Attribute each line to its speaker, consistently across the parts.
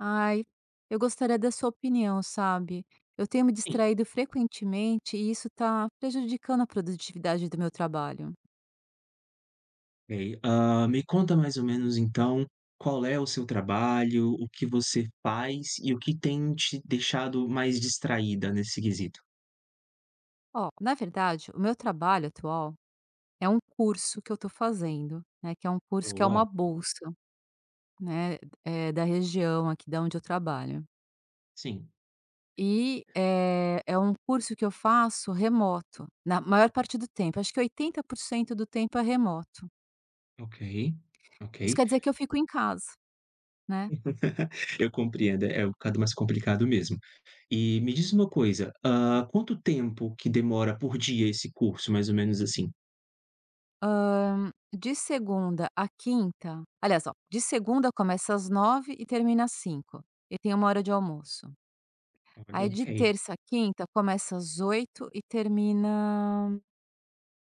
Speaker 1: Ai, eu gostaria da sua opinião, sabe? Eu tenho me
Speaker 2: Sim.
Speaker 1: distraído frequentemente e isso está prejudicando a produtividade do meu trabalho.
Speaker 2: Ok. Ah, me conta mais ou menos então, qual é o seu trabalho, o que você faz e o que tem te deixado mais distraída nesse quesito?
Speaker 1: Ó, na verdade, o meu trabalho atual é um curso que eu estou fazendo, né? Que é um curso que é uma
Speaker 2: Boa.
Speaker 1: bolsa, né? Da região aqui da onde eu trabalho.
Speaker 2: Sim.
Speaker 1: E é um curso que eu faço remoto, na maior parte do tempo. Acho que 80% do tempo é remoto.
Speaker 2: Ok. Ok.
Speaker 1: Isso quer dizer que eu fico em casa, né?
Speaker 2: Eu compreendo, é um bocado mais complicado mesmo. E me diz uma coisa, quanto tempo que demora por dia esse curso, mais ou menos assim?
Speaker 1: Hã, de segunda a quinta, aliás, ó, de segunda começa às 9 e termina às 5, e tem 1 hora de almoço.
Speaker 2: Olha,
Speaker 1: Aí
Speaker 2: ok,
Speaker 1: de terça a quinta começa às 8 e termina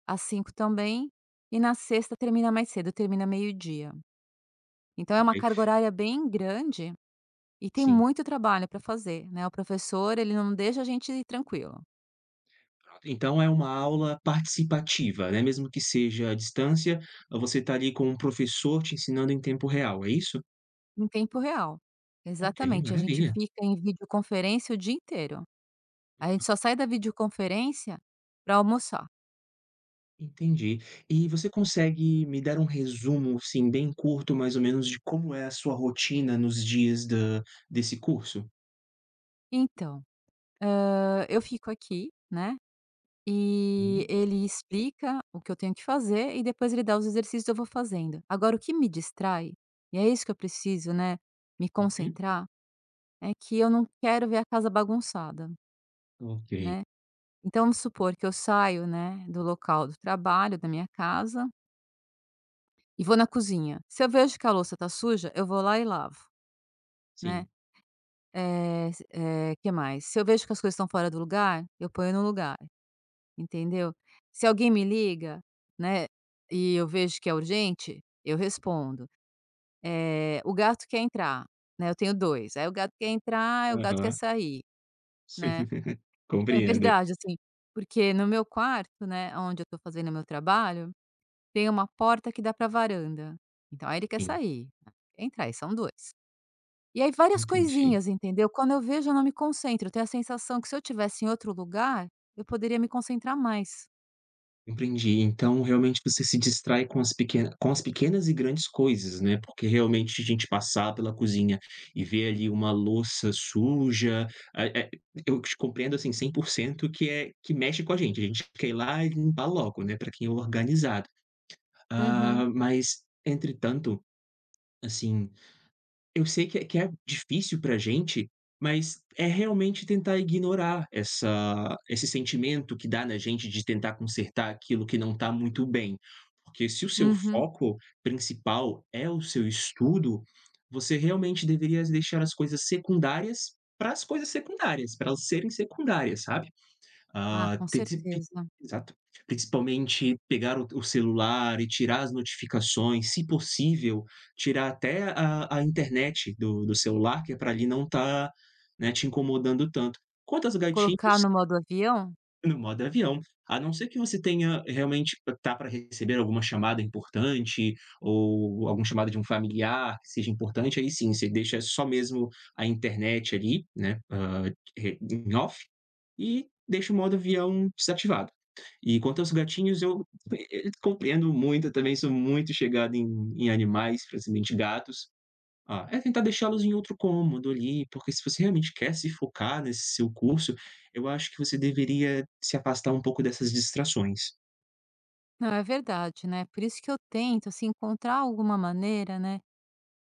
Speaker 1: às 5 também, e na sexta termina mais cedo, termina meio-dia. Então é uma carga
Speaker 2: ok.
Speaker 1: horária bem grande e tem
Speaker 2: Sim.
Speaker 1: muito trabalho para fazer, né, o professor ele não deixa a gente tranquilo,
Speaker 2: Então é uma aula participativa, né, mesmo que seja à distância, você está ali com um professor te ensinando em tempo real, é isso?
Speaker 1: em tempo real.
Speaker 2: Ok,
Speaker 1: Exatamente, a gente
Speaker 2: maravilha,
Speaker 1: fica em videoconferência o dia inteiro. A gente só sai da videoconferência para almoçar.
Speaker 2: entendi. E você consegue me dar um resumo, assim, bem curto, mais ou menos, de como é a sua rotina nos dias da desse curso?
Speaker 1: Então, eu fico aqui, né, e
Speaker 2: Hum,
Speaker 1: ele explica o que eu tenho que fazer e depois ele dá os exercícios, eu vou fazendo. Agora o que me distrai, e é isso que eu preciso, né, me
Speaker 2: uhum.
Speaker 1: concentrar, é que eu não quero ver a casa bagunçada,
Speaker 2: Ok,
Speaker 1: né. Então vamos supor que eu saio, né, do local do trabalho, da minha casa, e vou na cozinha. Se eu vejo que a louça tá suja, eu vou lá e lavo, né.
Speaker 2: sim.
Speaker 1: Que mais? Se eu vejo que as coisas estão fora do lugar, eu ponho no lugar, entendeu? Se alguém me liga, né, e eu vejo que é urgente, eu respondo. O gato quer entrar, né, eu tenho 2. Aí o gato quer entrar, aí o gato quer
Speaker 2: Aham.
Speaker 1: sair, né. É
Speaker 2: Compreendo.
Speaker 1: verdade, assim, porque no meu quarto, né, onde eu tô fazendo meu trabalho, tem uma porta que dá pra varanda, então aí ele quer
Speaker 2: Sim,
Speaker 1: sair, quer entrar, e são 2. E aí várias
Speaker 2: entendi.
Speaker 1: coisinhas, entendeu. Quando eu vejo eu não me concentro, eu tenho a sensação que se eu tivesse em outro lugar, eu poderia me concentrar mais.
Speaker 2: Entendi. Então, realmente, você se distrai com as pequen com as pequenas e grandes coisas, né, porque realmente a gente passar pela cozinha e ver ali uma louça suja, ah, eu te compreendo, assim, 100% que é que mexe com a gente quer ir lá e limpar logo, né, para quem é organizado.
Speaker 1: Uhum,
Speaker 2: Ah, mas, entretanto, assim, eu sei que é difícil pra gente, mas é realmente tentar ignorar essa esse sentimento que dá na gente de tentar consertar aquilo que não tá muito bem. Porque se o seu
Speaker 1: uhum.
Speaker 2: foco principal é o seu estudo, você realmente deveria deixar as coisas secundárias para as coisas secundárias, para elas serem secundárias, sabe?
Speaker 1: Ah,
Speaker 2: Ah,
Speaker 1: com
Speaker 2: principi
Speaker 1: certeza.
Speaker 2: exato. Principalmente pegar o celular e tirar as notificações, se possível, tirar até a internet do celular, que é para ali não tá, né, te incomodando tanto. Quanto às
Speaker 1: Colocar
Speaker 2: gatinhos
Speaker 1: no modo avião?
Speaker 2: no modo avião, a não ser que você tenha realmente tá para receber alguma chamada importante ou alguma chamada de um familiar que seja importante, aí sim, você deixa só mesmo a internet ali, né, re em off, e deixa o modo avião desativado. E quanto aos gatinhos, eu compreendo muito, eu também sou muito chegado em animais, principalmente gatos. Ah, é tentar deixá-los em outro cômodo ali, porque se você realmente quer se focar nesse seu curso, eu acho que você deveria se afastar um pouco dessas distrações.
Speaker 1: Não, é verdade, né. Por isso que eu tento, assim, encontrar alguma maneira, né,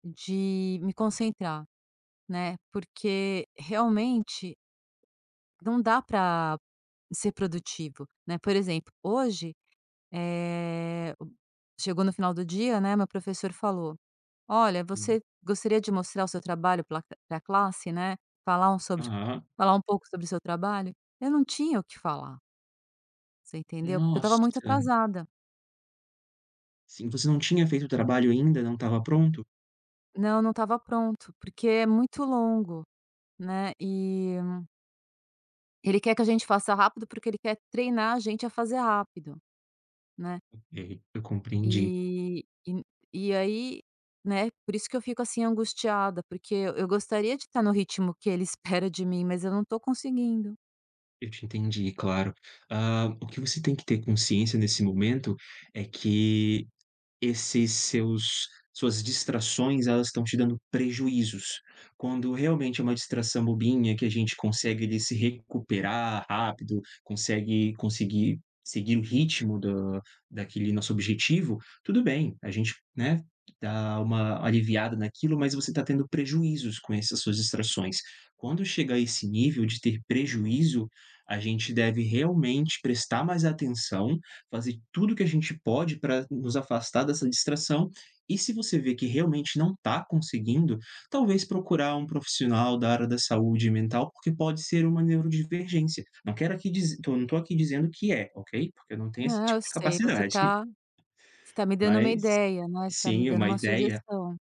Speaker 1: de me concentrar, né, porque realmente não dá para ser produtivo, né. Por exemplo, hoje, eh, chegou no final do dia, né, meu professor falou: "Olha,
Speaker 2: Sim.
Speaker 1: você gostaria de mostrar o seu trabalho para a classe, né, falar um sobre
Speaker 2: Aham.
Speaker 1: falar um pouco sobre o seu trabalho?" Eu não tinha o que falar, você entendeu? Porque eu estava
Speaker 2: Nossa,
Speaker 1: muito atrasada.
Speaker 2: sim, você não tinha feito o trabalho ainda, não estava pronto?
Speaker 1: Não, não estava pronto, porque é muito longo, né, e ele quer que a gente faça rápido, porque ele quer treinar a gente a fazer rápido, né.
Speaker 2: Ei, eu compreendi,
Speaker 1: E e e aí, né, por isso que eu fico, assim, angustiada, porque eu gostaria de estar no ritmo que ele espera de mim, mas eu não estou conseguindo.
Speaker 2: eu te entendi, claro. Ah, o que você tem que ter consciência nesse momento é que esses seus suas distrações, elas estão te dando prejuízos. Quando realmente é uma distração bobinha que a gente consegue ali se recuperar rápido, consegue conseguir seguir o ritmo do daquele nosso objetivo, tudo bem, a gente, né, dá uma aliviada naquilo, mas você está tendo prejuízos com essas suas distrações. Quando chegar a esse nível de ter prejuízo, a gente deve realmente prestar mais atenção fazer tudo que a gente pode para nos afastar dessa distração. E se você vê que realmente não está conseguindo, talvez procurar um profissional da área da saúde mental, porque pode ser uma neurodivergência. Não quero aqui dizer, não estou aqui dizendo que é, ok? Porque eu não tenho esse
Speaker 1: Não,
Speaker 2: tipo
Speaker 1: eu
Speaker 2: de
Speaker 1: sei, você
Speaker 2: capacidade.
Speaker 1: está. Você tá me dando uma
Speaker 2: Mas
Speaker 1: ideia, né, você tá me
Speaker 2: sim,
Speaker 1: dando
Speaker 2: uma
Speaker 1: uma
Speaker 2: ideia
Speaker 1: sugestão.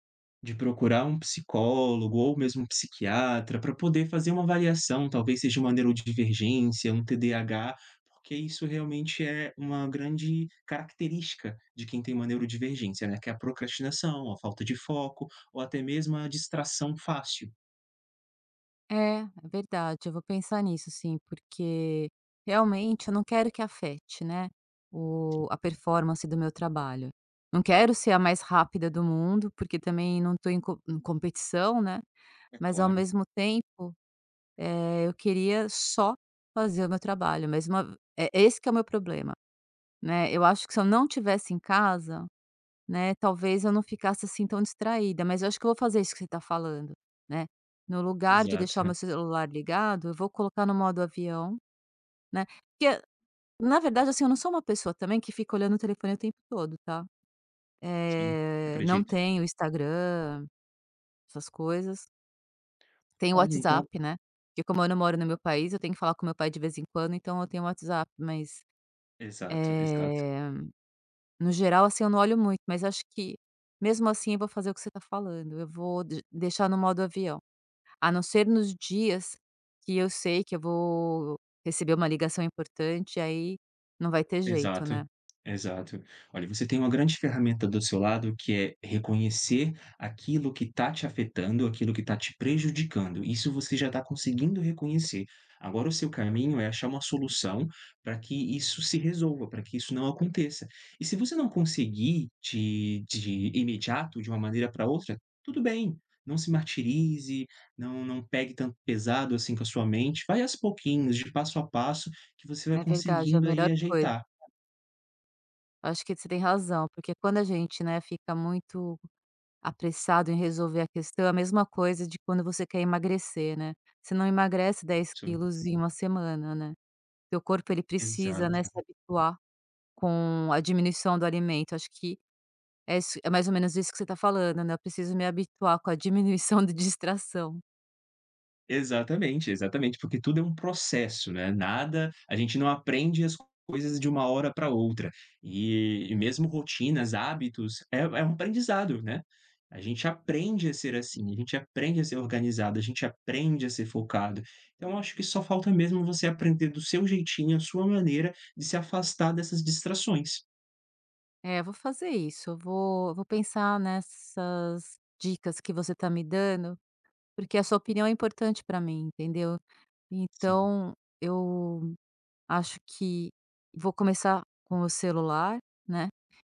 Speaker 2: de procurar um psicólogo ou mesmo um psiquiatra para poder fazer uma avaliação, talvez seja uma neurodivergência, um TDAH, porque isso realmente é uma grande característica de quem tem uma neurodivergência, né, que é a procrastinação, a falta de foco ou até mesmo a distração fácil.
Speaker 1: É, é verdade, eu vou pensar nisso sim, porque realmente eu não quero que afete, né,
Speaker 2: Sim,
Speaker 1: o a performance do meu trabalho. Não quero ser a mais rápida do mundo, porque também não estou em co em competição, né,
Speaker 2: é
Speaker 1: mas ao
Speaker 2: claro.
Speaker 1: mesmo tempo, eu queria só fazer o meu trabalho, mas uma é esse que é o meu problema, né. Eu acho que se eu não estivesse em casa, né, talvez eu não ficasse, assim, tão distraída, mas eu acho que eu vou fazer isso que você está falando, né. No lugar de deixar
Speaker 2: Exato,
Speaker 1: o meu celular ligado, eu vou colocar no modo avião, né, porque na verdade, assim, eu não sou uma pessoa também que fica olhando o telefone o tempo todo, tá.
Speaker 2: sim,
Speaker 1: Não
Speaker 2: acredito.
Speaker 1: tenho Instagram, essas coisas, tenho
Speaker 2: Olha, então
Speaker 1: WhatsApp, né, porque como eu não moro no meu país, eu tenho que falar com meu pai de vez em quando, então eu tenho WhatsApp, mas,
Speaker 2: exato, exato.
Speaker 1: eh no geral, assim, eu não olho muito, mas acho que mesmo assim eu vou fazer o que você está falando, eu vou de deixar no modo avião. A não ser nos dias que eu sei que eu vou receber uma ligação importante, aí não vai ter jeito,
Speaker 2: Exato,
Speaker 1: né.
Speaker 2: exato. Olha, você tem uma grande ferramenta do seu lado que é reconhecer aquilo que está te afetando, aquilo que está te prejudicando. Isso você já está conseguindo reconhecer. Agora o seu caminho é achar uma solução para que isso se resolva, para que isso não aconteça. E se você não conseguir de imediato, de uma maneira para outra, tudo bem. Não se martirize, não pegue tanto pesado assim com a sua mente. Vai aos pouquinhos, de passo a passo, que você vai
Speaker 1: É verdade, é a
Speaker 2: conseguindo aí
Speaker 1: melhor coisa.
Speaker 2: ajeitar.
Speaker 1: Acho que você tem razão, porque quando a gente, né, fica muito apressado em resolver a questão, é a mesma coisa de quando você quer emagrecer, né. Você não emagrece dez
Speaker 2: Isso,
Speaker 1: quilos em uma semana, né. Teu corpo ele precisa, né,
Speaker 2: exata
Speaker 1: se habituar com a diminuição do alimento, acho que é isso, é mais ou menos isso que você está falando, né, eu preciso me habituar com a diminuição de distração.
Speaker 2: exatamente, exatamente, porque tudo é um processo, né, nada a gente não aprende as coisas de uma hora para outra, e mesmo rotinas, hábitos, é um aprendizado, né. A gente aprende a ser assim, a gente aprende a ser organizado, a gente aprende a ser focado. Então eu acho que só falta mesmo você aprender do seu jeitinho, a sua maneira de se afastar dessas distrações.
Speaker 1: É, eu vou fazer isso, eu vou pensar nessas dicas que você está me dando, porque a sua opinião é importante para mim, entendeu.
Speaker 2: Sim.
Speaker 1: Então eu acho que vou começar com o celular, né,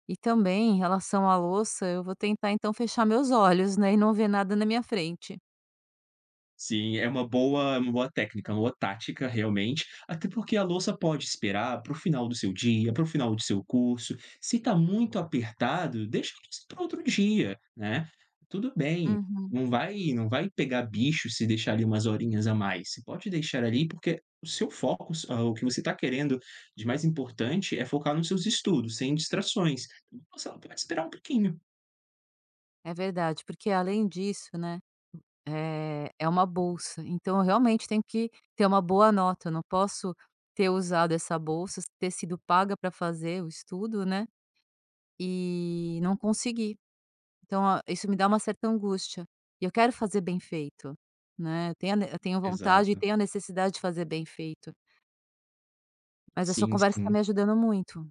Speaker 1: e também em relação à louça, eu vou tentar então fechar meus olhos, né, e não ver nada na minha frente.
Speaker 2: Sim, é uma boa técnica, uma boa tática realmente, até porque a louça pode esperar para o final do seu dia, para o final do seu curso. Se está muito apertado, deixa para outro dia, né. Tudo bem,
Speaker 1: Uhum.
Speaker 2: não vai pegar bicho se deixar ali umas horinhas a mais, você pode deixar ali porque o seu foco, ah, o que você está querendo de mais importante é focar nos seus estudos, sem distrações. Então, você pode esperar um pouquinho.
Speaker 1: É verdade, porque além disso, né, é, é uma bolsa, então eu realmente tenho que ter uma boa nota, eu não posso ter usado essa bolsa, ter sido paga para fazer o estudo, né, e não conseguir. Então a isso me dá uma certa angústia, e eu quero fazer bem feito, né, eu tenho vontade e
Speaker 2: Exato.
Speaker 1: tenho a necessidade de fazer bem feito, mas a sua
Speaker 2: Sim,
Speaker 1: conversa está
Speaker 2: sim.
Speaker 1: me ajudando muito.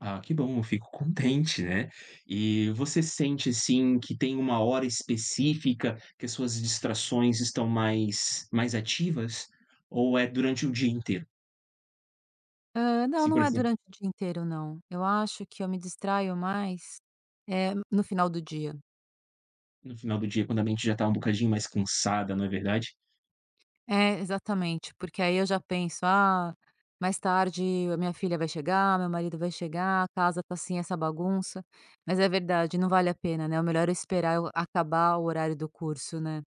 Speaker 2: Ah, que bom, eu fico contente, né. E você sente, assim, que tem uma hora específica que as suas distrações estão mais ativas? Ou é durante o dia inteiro?
Speaker 1: Não,
Speaker 2: Assim, por
Speaker 1: não é
Speaker 2: exemplo,
Speaker 1: durante o dia inteiro não, eu acho que eu me distraio mais, no final do dia.
Speaker 2: no final do dia, quando a mente já está um bocadinho mais cansada, não é verdade?
Speaker 1: É, exatamente, porque aí eu já penso: "Ah, mais tarde a minha filha vai chegar, meu marido vai chegar, a casa tá assim, essa bagunça". Mas é verdade, não vale a pena, né, o melhor é esperar eu acabar o horário do curso, né.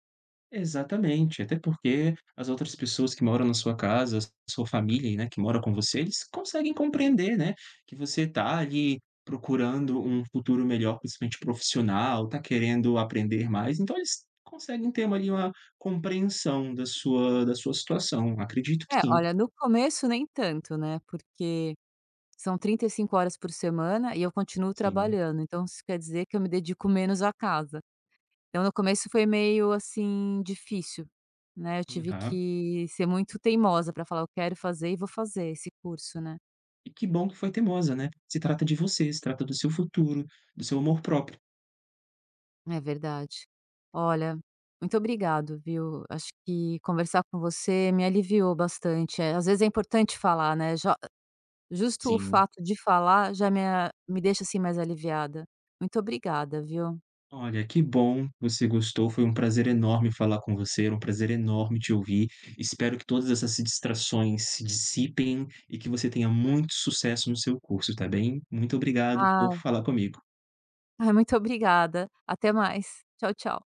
Speaker 2: Exatamente, até porque as outras pessoas que moram na sua casa, a sua família, né, que mora com você, eles conseguem compreender, né, que você tá ali procurando um futuro melhor, principalmente profissional, tá querendo aprender mais, então eles conseguem ter uma- ali uma compreensão da sua situação, acredito que
Speaker 1: É,
Speaker 2: sim,
Speaker 1: olha, no começo nem tanto, né, porque são 35 horas por semana e eu continuo
Speaker 2: sim.
Speaker 1: trabalhando, então isso quer dizer que eu me dedico menos à casa. Então no começo foi meio, assim, difícil, né, eu tive
Speaker 2: Aham.
Speaker 1: que ser muito teimosa para falar: "Eu quero fazer e vou fazer esse curso", né.
Speaker 2: E que bom que foi teimosa, né, se trata de você, se trata do seu futuro, do seu amor próprio.
Speaker 1: É verdade. Olha, muito obrigado, viu. Acho que conversar com você me aliviou bastante. Às vezes é importante falar, né, já justo o
Speaker 2: Sim.
Speaker 1: fato de falar já me deixa, assim, mais aliviada. Muito obrigada, viu.
Speaker 2: Olha, que bom que você gostou, foi um prazer enorme falar com você, era um prazer enorme te ouvir. Espero que todas essas distrações se dissipem e que você tenha muito sucesso no seu curso, tá bem? Muito obrigado por
Speaker 1: Ai,
Speaker 2: falar comigo.
Speaker 1: ai, muito obrigada. Até mais. Tchau, tchau.